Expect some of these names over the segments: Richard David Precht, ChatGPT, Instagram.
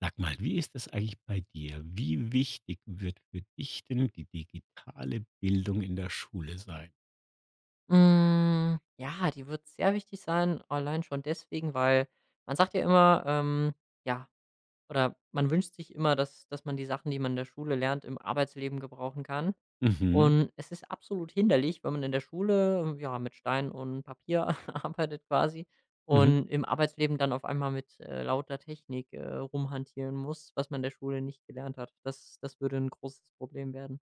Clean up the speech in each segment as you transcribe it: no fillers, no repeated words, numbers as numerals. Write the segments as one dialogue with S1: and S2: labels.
S1: Sag mal, wie ist das eigentlich bei dir? Wie wichtig wird für dich denn die digitale Bildung in der Schule sein?
S2: Hm, ja, die wird sehr wichtig sein, allein schon deswegen, weil man sagt ja immer, ja, oder man wünscht sich immer, dass man die Sachen, die man in der Schule lernt, im Arbeitsleben gebrauchen kann.
S1: Mhm,
S2: Und es ist absolut hinderlich, wenn man in der Schule, ja, mit Stein und Papier arbeitet quasi
S1: mhm.
S2: und im Arbeitsleben dann auf einmal mit, lauter Technik, rumhantieren muss, was man in der Schule nicht gelernt hat. Das würde ein großes Problem werden.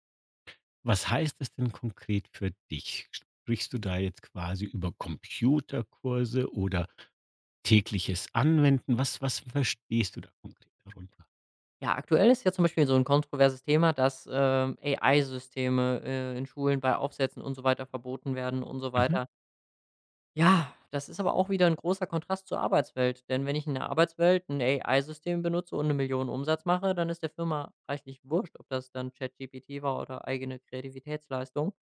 S1: Was heißt das denn konkret für dich? Sprichst du da jetzt quasi über Computerkurse oder tägliches Anwenden? Was verstehst du da konkret darunter?
S2: Ja, aktuell ist ja zum Beispiel so ein kontroverses Thema, dass, AI-Systeme, in Schulen bei Aufsätzen und so weiter verboten werden und so
S1: Mhm,
S2: weiter. Ja, das ist aber auch wieder ein großer Kontrast zur Arbeitswelt, denn wenn ich in der Arbeitswelt 'n AI-System benutze und 1 Million Umsatz mache, dann ist der Firma reichlich wurscht, ob das dann ChatGPT war oder eigene Kreativitätsleistung.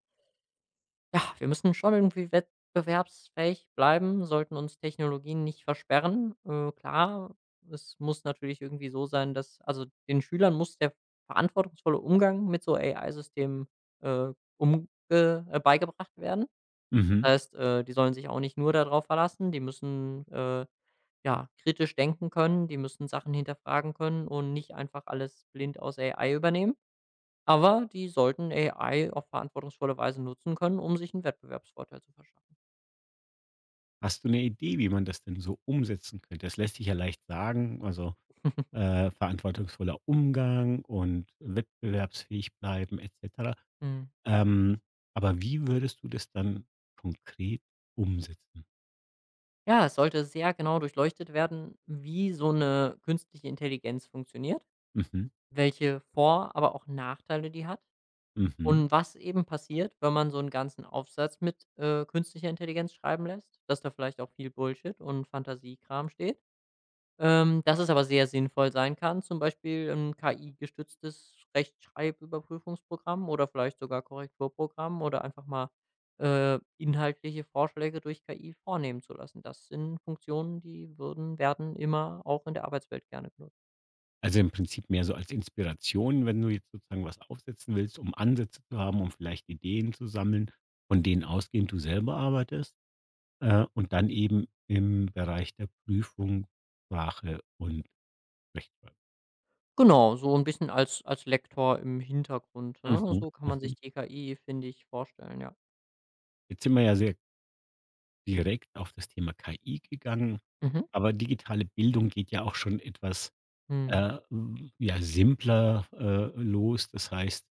S2: Ja, wir müssen schon irgendwie wettbewerbsfähig bleiben, sollten uns Technologien nicht versperren. Klar, es muss natürlich irgendwie so sein, dass also, den Schülern muss der verantwortungsvolle Umgang mit so AI-Systemen, umge beigebracht werden. Das
S1: mhm.
S2: heißt, die sollen sich auch nicht nur darauf verlassen. Die müssen, ja, kritisch denken können, die müssen Sachen hinterfragen können und nicht einfach alles blind aus AI übernehmen. Aber die sollten AI auf verantwortungsvolle Weise nutzen können, um sich einen Wettbewerbsvorteil zu verschaffen.
S1: Hast du eine Idee, wie man das denn so umsetzen könnte? Das lässt sich ja leicht sagen, also, verantwortungsvoller Umgang und wettbewerbsfähig bleiben et cetera.
S2: Mhm.
S1: Ähm, aber wie würdest du das dann konkret umsetzen?
S2: Ja, es sollte sehr genau durchleuchtet werden, wie so eine künstliche Intelligenz funktioniert,
S1: Mhm,
S2: welche Vor aber auch Nachteile die hat
S1: mhm.
S2: und was eben passiert, wenn man so einen ganzen Aufsatz mit, künstlicher Intelligenz schreiben lässt, dass da vielleicht auch viel Bullshit und Fantasiekram steht. Dass es aber sehr sinnvoll sein kann, zum Beispiel 'n KI-gestütztes Rechtschreibüberprüfungsprogramm oder vielleicht sogar Korrekturprogramm oder einfach mal, inhaltliche Vorschläge durch KI vornehmen zu lassen. Das sind Funktionen, die würden werden immer auch in der Arbeitswelt gerne genutzt.
S1: Also im Prinzip mehr so als Inspiration, wenn du jetzt sozusagen was aufsetzen willst, um Ansätze zu haben, um vielleicht Ideen zu sammeln, von denen ausgehend du selber arbeitest, und dann eben im Bereich der Prüfung, Sprache und Rechtschreibung.
S2: Genau, so ein bisschen als Lektor im Hintergrund, ne?
S1: Mhm,
S2: So kann man sich
S1: mhm.
S2: die KI, finde ich, vorstellen, ja.
S1: Jetzt sind wir ja sehr direkt auf das Thema KI gegangen,
S2: Mhm.
S1: aber digitale Bildung geht ja auch schon etwas
S2: Mhm.
S1: Ja, simpler, los. Das heißt,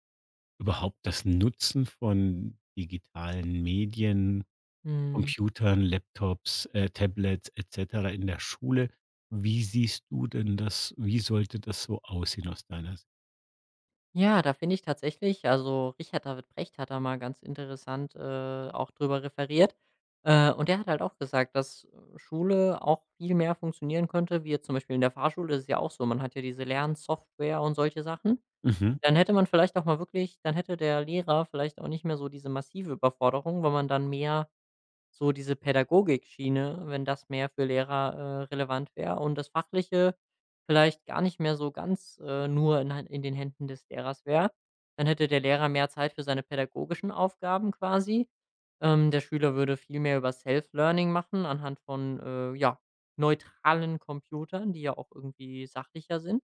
S1: überhaupt das Nutzen von digitalen Medien,
S2: Mhm.
S1: Computern, Laptops, Tablets et cetera in der Schule. Wie siehst du denn das? Wie sollte das so aussehen aus deiner Sicht?
S2: Ja, da finde ich tatsächlich also, Richard David Precht hat da mal ganz interessant, auch drüber referiert. Und der hat halt auch gesagt, dass Schule auch viel mehr funktionieren könnte, wie jetzt zum Beispiel in der Fahrschule ist es ja auch so, man hat ja diese Lernsoftware und solche Sachen.
S1: Mhm,
S2: Dann hätte man vielleicht auch mal wirklich dann hätte der Lehrer vielleicht auch nicht mehr so diese massive Überforderung, wenn man dann mehr so diese Pädagogik-Schiene, wenn das mehr für Lehrer, relevant wäre und das Fachliche vielleicht gar nicht mehr so ganz, nur in den Händen des Lehrers wäre. Dann hätte der Lehrer mehr Zeit für seine pädagogischen Aufgaben quasi. Der Schüler würde viel mehr über Self-Learning machen anhand von, ja, neutralen Computern, die ja auch irgendwie sachlicher sind.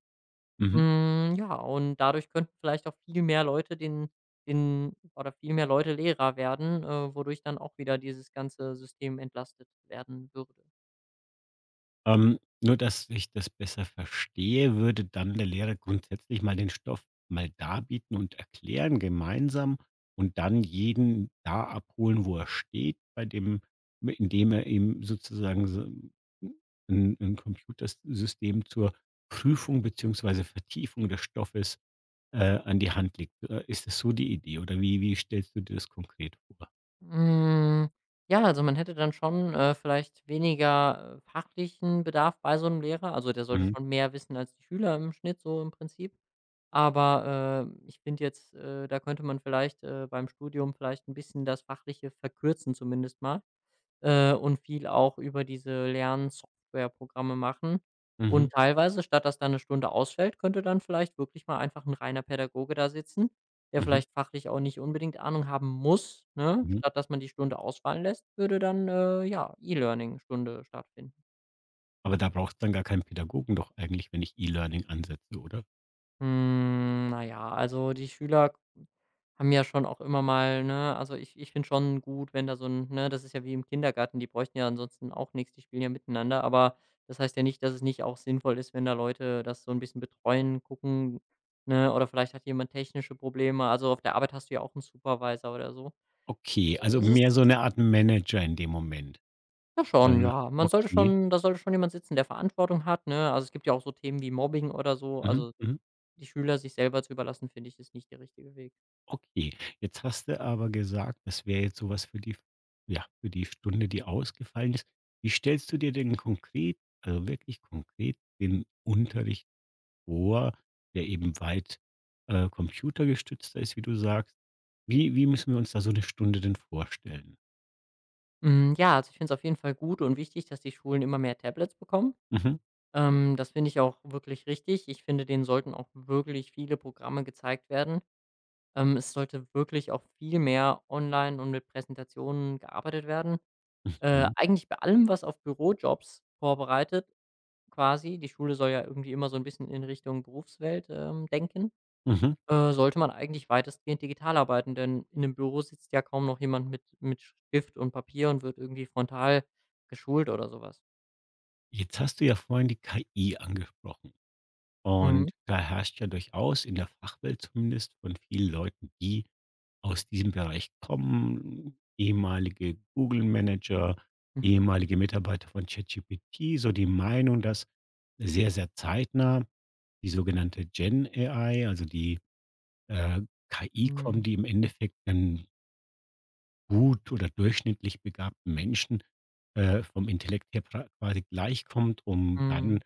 S1: mhm.
S2: Hm, ja, und dadurch könnten vielleicht auch viel mehr Leute den oder viel mehr Leute Lehrer werden, wodurch dann auch wieder dieses ganze System entlastet werden würde.
S1: Nur, dass ich das besser verstehe, würde dann der Lehrer grundsätzlich mal den Stoff mal darbieten und erklären gemeinsam und dann jeden da abholen, wo er steht, bei dem, indem er ihm sozusagen so ein Computersystem zur Prüfung beziehungsweise Vertiefung des Stoffes an die Hand legt. Ist das so die Idee, oder wie stellst du dir das konkret vor?
S2: Hm, ja, also man hätte dann schon, vielleicht weniger, fachlichen Bedarf bei so einem Lehrer. Also, der sollte
S1: Mhm.
S2: schon mehr wissen als die Schüler im Schnitt so im Prinzip. Aber, ich finde jetzt, da könnte man vielleicht, beim Studium vielleicht ein bisschen das Fachliche verkürzen zumindest mal. Und viel auch über diese Lernsoftwareprogramme machen.
S1: Mhm.
S2: Und teilweise, statt dass da eine Stunde ausfällt, könnte dann vielleicht wirklich mal einfach ein reiner Pädagoge da sitzen, der
S1: Mhm.
S2: vielleicht fachlich auch nicht unbedingt Ahnung haben muss, ne?
S1: Mhm.
S2: Statt dass man die Stunde ausfallen lässt, würde dann, ja, E-Learning-Stunde stattfinden.
S1: Aber da braucht's dann gar keinen Pädagogen doch eigentlich, wenn ich E-Learning ansetze, oder?
S2: Hm, na ja, also die Schüler haben ja schon auch immer mal ne, also ich finde schon gut, wenn da so 'n ne, das ist ja wie im Kindergarten, die bräuchten ja ansonsten auch nichts, die spielen ja miteinander, aber das heißt ja nicht, dass es nicht auch sinnvoll ist, wenn da Leute das so ein bisschen betreuen, gucken, ne, oder vielleicht hat jemand technische Probleme. Also, auf der Arbeit hast du ja auch einen Supervisor oder so.
S1: Okay, also
S2: Es
S1: mehr so
S2: ist
S1: 'ne Art Manager in dem Moment.
S2: ja
S1: Ah,
S2: schon, ja. Man sollte
S1: okay.
S2: schon da sollte schon jemand sitzen, der Verantwortung hat, ne? Also, es gibt ja auch so Themen wie Mobbing oder so.
S1: Mhm,
S2: Also,
S1: mhm.
S2: die Schüler sich selber zu überlassen, finde ich, ist nicht der richtige Weg.
S1: Okay. Jetzt hast du aber gesagt, das wäre jetzt so was für die, ja, für die Stunde, die ausgefallen ist. Wie stellst du dir denn konkret, also wirklich konkret den Unterricht vor, der eben weit computergestützter ist, wie du sagst? Wie müssen wir uns da so 'ne Stunde denn vorstellen?
S2: Hm, ja, also ich finde es auf jeden Fall gut und wichtig, dass die Schulen immer mehr Tablets bekommen.
S1: Mhm,
S2: Das finde ich auch wirklich richtig. Ich finde, denen sollten auch wirklich viele Programme gezeigt werden. Es sollte wirklich auch viel mehr online und mit Präsentationen gearbeitet werden.
S1: mhm,
S2: Eigentlich bei allem, was auf Bürojobs vorbereitet quasi. Die Schule soll ja irgendwie immer so ein bisschen in Richtung Berufswelt, denken.
S1: mhm.
S2: Sollte man eigentlich weitestgehend digital arbeiten, denn in 'nem Büro sitzt ja kaum noch jemand mit Stift und Papier und wird irgendwie frontal geschult oder sowas.
S1: Jetzt hast du ja vorhin die KI angesprochen,
S2: Mhm.
S1: und da herrscht ja durchaus in der Fachwelt, zumindest von vielen Leuten, die aus diesem Bereich kommen, ehemalige Google-Manager, ehemalige Mitarbeiter von ChatGPT, so die Meinung, dass sehr, sehr zeitnah die sogenannte Gen-AI, also die äh, KI
S2: Mhm.
S1: kommt, die im Endeffekt dann gut oder durchschnittlich begabten Menschen vom Intellekt her quasi gleichkommt, um dann
S2: Mhm.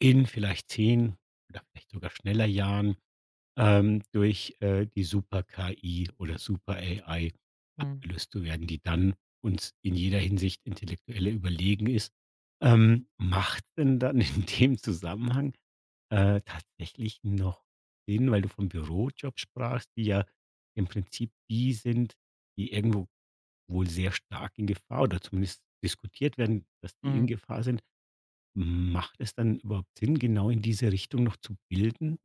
S1: in vielleicht 10 oder vielleicht sogar schneller Jahren, durch die Super-KI oder Super-AI
S2: Mhm.
S1: abgelöst zu werden, die dann uns in jeder Hinsicht intellektueller überlegen ist. Macht denn dann in dem Zusammenhang, tatsächlich noch Sinn, weil du vom Bürojob sprachst, die ja im Prinzip die sind, die irgendwo wohl sehr stark in Gefahr oder zumindest diskutiert werden, dass die in
S2: Mhm.
S1: Gefahr sind. Macht es dann überhaupt Sinn, genau in diese Richtung noch zu bilden?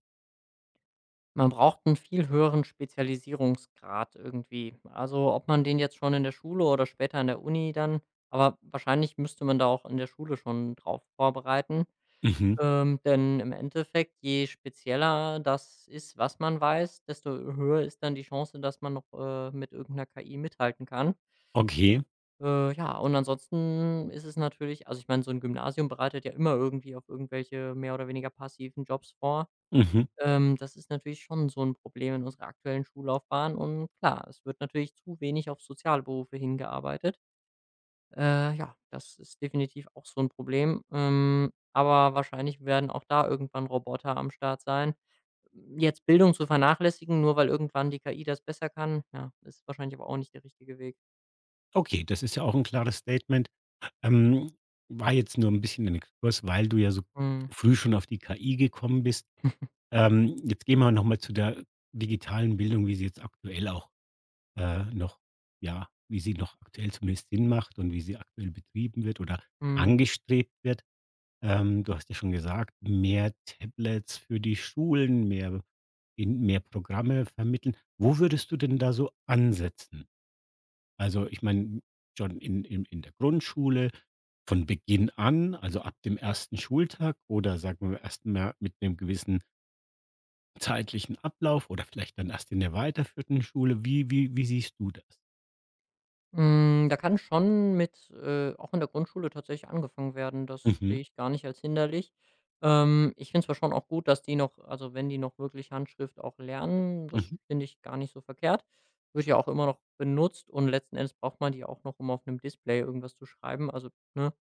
S2: Man braucht einen viel höheren Spezialisierungsgrad irgendwie. Also, ob man den jetzt schon in der Schule oder später an der Uni dann aber wahrscheinlich müsste man da auch in der Schule schon drauf vorbereiten.
S1: Mhm.
S2: Denn im Endeffekt, je spezieller das ist, was man weiß, desto höher ist dann die Chance, dass man noch, mit irgendeiner 'ner KI mithalten kann.
S1: Okay.
S2: Ja, und ansonsten ist es natürlich also, ich meine, so ein Gymnasium bereitet ja immer irgendwie auf irgendwelche mehr oder weniger passiven Jobs vor.
S1: Mhm.
S2: Das ist natürlich schon so ein Problem in unserer aktuellen Schullaufbahn und klar, es wird natürlich zu wenig auf soziale Berufe hingearbeitet. Ja, das ist definitiv auch so 'n Problem. Aber wahrscheinlich werden auch da irgendwann Roboter am Start sein. Jetzt Bildung zu vernachlässigen, nur weil irgendwann die KI das besser kann, ja, ist wahrscheinlich aber auch nicht der richtige Weg.
S1: Okay, das ist ja auch ein klares Statement. Ähm, war jetzt nur ein bisschen ein Exkurs, weil du ja so
S2: Mhm,
S1: früh schon auf die KI gekommen bist. Jetzt gehen wir noch mal zu der digitalen Bildung, wie sie jetzt aktuell auch, noch, ja, wie sie noch aktuell zumindest Sinn macht und wie sie aktuell betrieben wird oder
S2: mhm.
S1: angestrebt wird. Du hast ja schon gesagt, mehr Tablets für die Schulen, mehr Programme vermitteln. Wo würdest du denn da so ansetzen? Also, ich meine, schon in der Grundschule von Beginn an, also ab dem ersten Schultag, oder sagen wir erst mal mit einem gewissen zeitlichen Ablauf, oder vielleicht dann erst in der weiterführenden Schule. Wie siehst du das?
S2: Hm, da kann schon mit auch in der Grundschule tatsächlich angefangen werden. Das
S1: Mhm,
S2: sehe ich gar nicht als hinderlich. Ich finde zwar schon auch gut, dass die noch, also wenn die noch wirklich Handschrift auch lernen, das
S1: mhm,
S2: finde ich gar nicht so verkehrt. Wird ja auch immer noch benutzt und letzten Endes braucht man die auch noch, um auf einem Display irgendwas zu schreiben. Also, ne?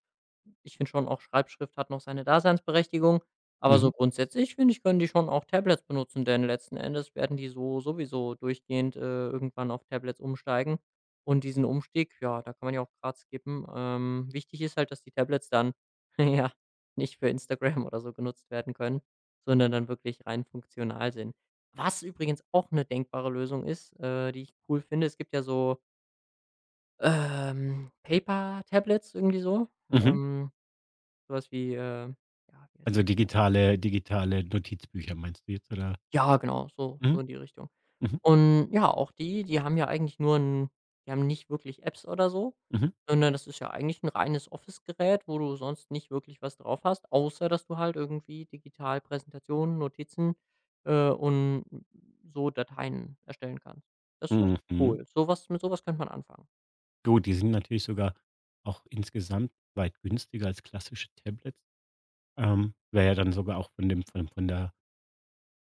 S2: Ich finde schon auch, Schreibschrift hat noch seine Daseinsberechtigung, aber so
S1: mhm,
S2: grundsätzlich, finde ich, können die schon auch Tablets benutzen, denn letzten Endes werden die so sowieso durchgehend, irgendwann auf Tablets umsteigen. Und diesen Umstieg, ja, da kann man ja auch grad skippen. Wichtig ist halt, dass die Tablets dann, ja, nicht für Instagram oder so genutzt werden können, sondern dann wirklich rein funktional sind. Was übrigens auch eine denkbare Lösung ist, die ich cool finde, es gibt ja so, Paper-Tablets irgendwie so,
S1: mhm.
S2: so was wie, ja, wie heißt
S1: Also,
S2: das genau?
S1: digitale Notizbücher meinst du jetzt, oder?
S2: Ja, genau, so so
S1: Mhm,
S2: in die Richtung.
S1: mhm,
S2: Und ja, auch die haben ja eigentlich nur 'n die haben nicht wirklich Apps oder so, sondern das ist ja eigentlich ein reines Office-Gerät, wo du sonst nicht wirklich was drauf hast, außer dass du halt irgendwie digital Präsentationen, Notizen, und so Dateien erstellen kannst. Das ist
S1: mhm, mhm.
S2: cool. Sowas mit sowas könnte man anfangen.
S1: Gut, die sind natürlich sogar auch insgesamt weit günstiger als klassische Tablets. Wäre ja dann sogar auch von dem, von der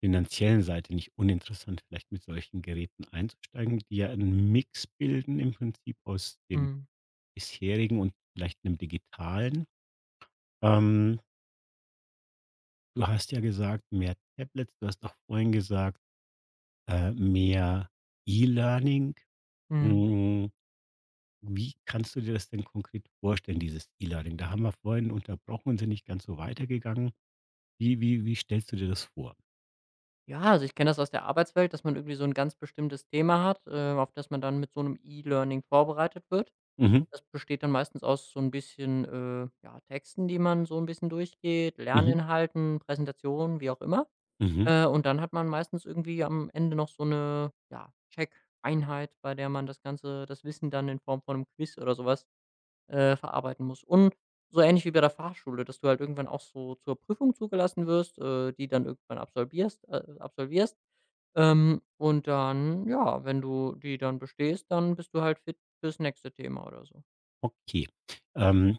S1: finanziellen Seite nicht uninteressant, vielleicht mit solchen Geräten einzusteigen, die ja einen Mix bilden im Prinzip aus dem
S2: Mhm.
S1: bisherigen und vielleicht einem digitalen. Ähm, du hast ja gesagt, mehr Tablets, du hast auch vorhin gesagt, mehr E-Learning.
S2: Mhm.
S1: Hm. wie kannst du dir das denn konkret vorstellen, dieses E-Learning? Da haben wir vorhin unterbrochen und sind nicht ganz so weitergegangen. Wie stellst du dir das vor?
S2: Ja, also ich kenne das aus der Arbeitswelt, dass man irgendwie so ein ganz bestimmtes Thema hat, auf das man dann mit so 'nem E-Learning vorbereitet wird.
S1: Mhm,
S2: Das besteht dann meistens aus so ein bisschen, ja, Texten, die man so ein bisschen durchgeht,
S1: mhm,
S2: Lerninhalten, Präsentationen, wie auch immer.
S1: mhm.
S2: Und dann hat man meistens irgendwie am Ende noch so eine, ja, Check-Einheit, bei der man das ganze das Wissen dann in Form von einem Quiz oder sowas verarbeiten muss. Und so ähnlich wie bei der Fahrschule, dass du halt irgendwann auch so zur Prüfung zugelassen wirst, die dann irgendwann absolvierst. Und dann, ja, wenn du die dann bestehst, dann bist du halt fit fürs nächste Thema oder so.
S1: Okay. Ähm,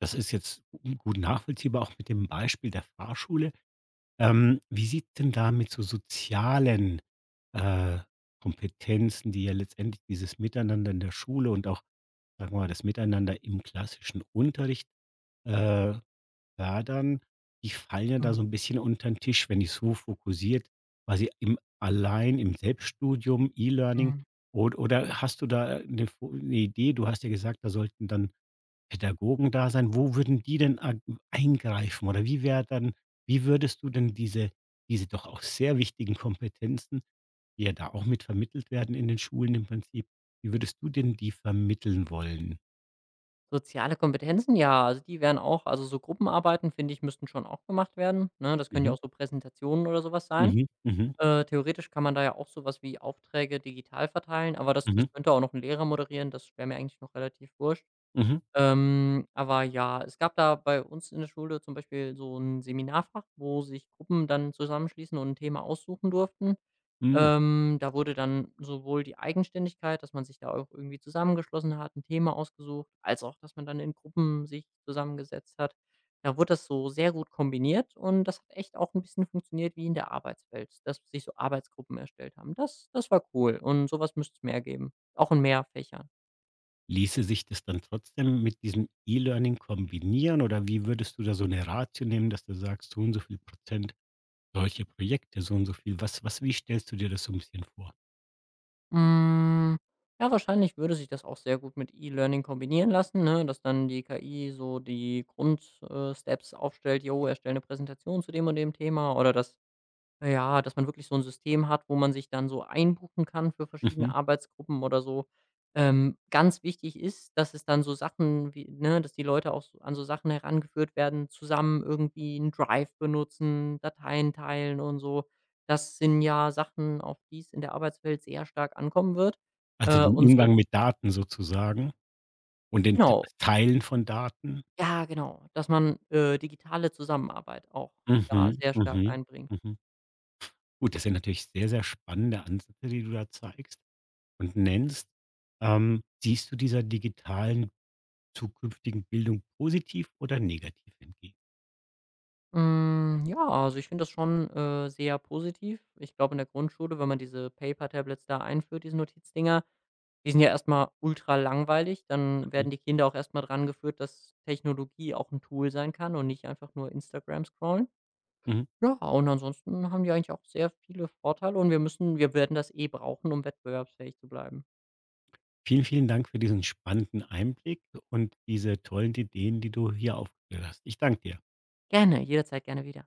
S1: das ist jetzt g gut nachvollziehbar, auch mit dem Beispiel der Fahrschule. Wie sieht denn da mit so sozialen, äh, Kompetenzen, die ja letztendlich dieses Miteinander in der Schule und auch, sagen wir mal, das Miteinander im klassischen Unterricht, äh, fördern, die fallen ja da
S2: Mhm,
S1: so ein bisschen unter den Tisch, wenn ich so fokussiert quasi im allein im Selbststudium, E-Learning,
S2: mhm.
S1: od oder hast du da eine Vo 'ne Idee? Du hast ja gesagt, da sollten dann Pädagogen da sein. Wo würden die denn ag eingreifen, oder wie wäre dann wie würdest du denn diese doch auch sehr wichtigen Kompetenzen, die ja da auch mit vermittelt werden in den Schulen im Prinzip, wie würdest du denn die vermitteln wollen?
S2: Soziale Kompetenzen, ja, also die wären auch also so Gruppenarbeiten, finde ich, müssten schon auch gemacht werden, ne? Das können ja
S1: Mhm,
S2: auch so Präsentationen oder sowas sein.
S1: mhm, mhm,
S2: Theoretisch kann man da ja auch sowas wie Aufträge digital verteilen, aber das
S1: mhm,
S2: das könnte auch noch ein Lehrer moderieren, das wäre mir eigentlich noch relativ wurscht.
S1: mhm,
S2: Aber ja, es gab da bei uns in der Schule zum Beispiel so ein Seminarfach, wo sich Gruppen dann zusammenschließen und ein Thema aussuchen durften.
S1: hm.
S2: Da wurde dann sowohl die Eigenständigkeit, dass man sich da auch irgendwie zusammengeschlossen hat, ein Thema ausgesucht, als auch, dass man dann in Gruppen sich zusammengesetzt hat. Da wurde das so sehr gut kombiniert und das hat echt auch ein bisschen funktioniert wie in der Arbeitswelt, dass sich so Arbeitsgruppen erstellt haben. Das war cool und sowas müsste es mehr geben, auch in mehr Fächern.
S1: Ließe sich das dann trotzdem mit diesem E-Learning kombinieren, oder wie würdest du da so eine Ratio nehmen, dass du sagst, so und so viel Prozent solche Projekte, so und so viel, was was wie stellst du dir das so ein bisschen vor?
S2: Hm, ja, wahrscheinlich würde sich das auch sehr gut mit E-Learning kombinieren lassen, ne? Dass dann die KI so die Grundsteps Steps aufstellt: „Jo, erstelle eine Präsentation zu dem und dem Thema“ oder dass ja, dass man wirklich so 'n System hat, wo man sich dann so einbuchen kann für verschiedene
S1: Mhm.
S2: Arbeitsgruppen oder so. Ganz wichtig ist, dass es dann so Sachen wie ne, dass die Leute auch so an so Sachen herangeführt werden, zusammen irgendwie 'n Drive benutzen, Dateien teilen und so. Das sind ja Sachen, auf die es in der Arbeitswelt sehr stark ankommen wird.
S1: Also, den
S2: Und solch
S1: Umgang mit Daten sozusagen und den T
S2: Genau.
S1: Teilen von Daten?
S2: Ja, genau, dass man, digitale Zusammenarbeit auch da
S1: Mhm,
S2: sehr stark
S1: mhm,
S2: einbringt.
S1: mhm. Gut, das sind natürlich sehr, sehr spannende Ansätze, die du da zeigst und nennst. Siehst du dieser digitalen zukünftigen Bildung positiv oder negativ entgegen?
S2: Hm, ja, also ich finde das schon, sehr positiv. Ich glaube, in der Grundschule, wenn man diese Paper Tablets da einführt, diese Notizdinger, die sind ja erstmal ultra langweilig. Dann
S1: Mhm,
S2: werden die Kinder auch erstmal dran geführt, dass Technologie auch ein Tool sein kann und nicht einfach nur Instagram scrollen.
S1: mhm.
S2: Ja, und ansonsten haben die eigentlich auch sehr viele Vorteile und wir werden das eh brauchen, um wettbewerbsfähig zu bleiben.
S1: Vielen, vielen Dank für diesen spannenden Einblick und diese tollen Ideen, die du hier aufgeführt hast. Ich danke dir.
S2: Gerne, jederzeit gerne wieder.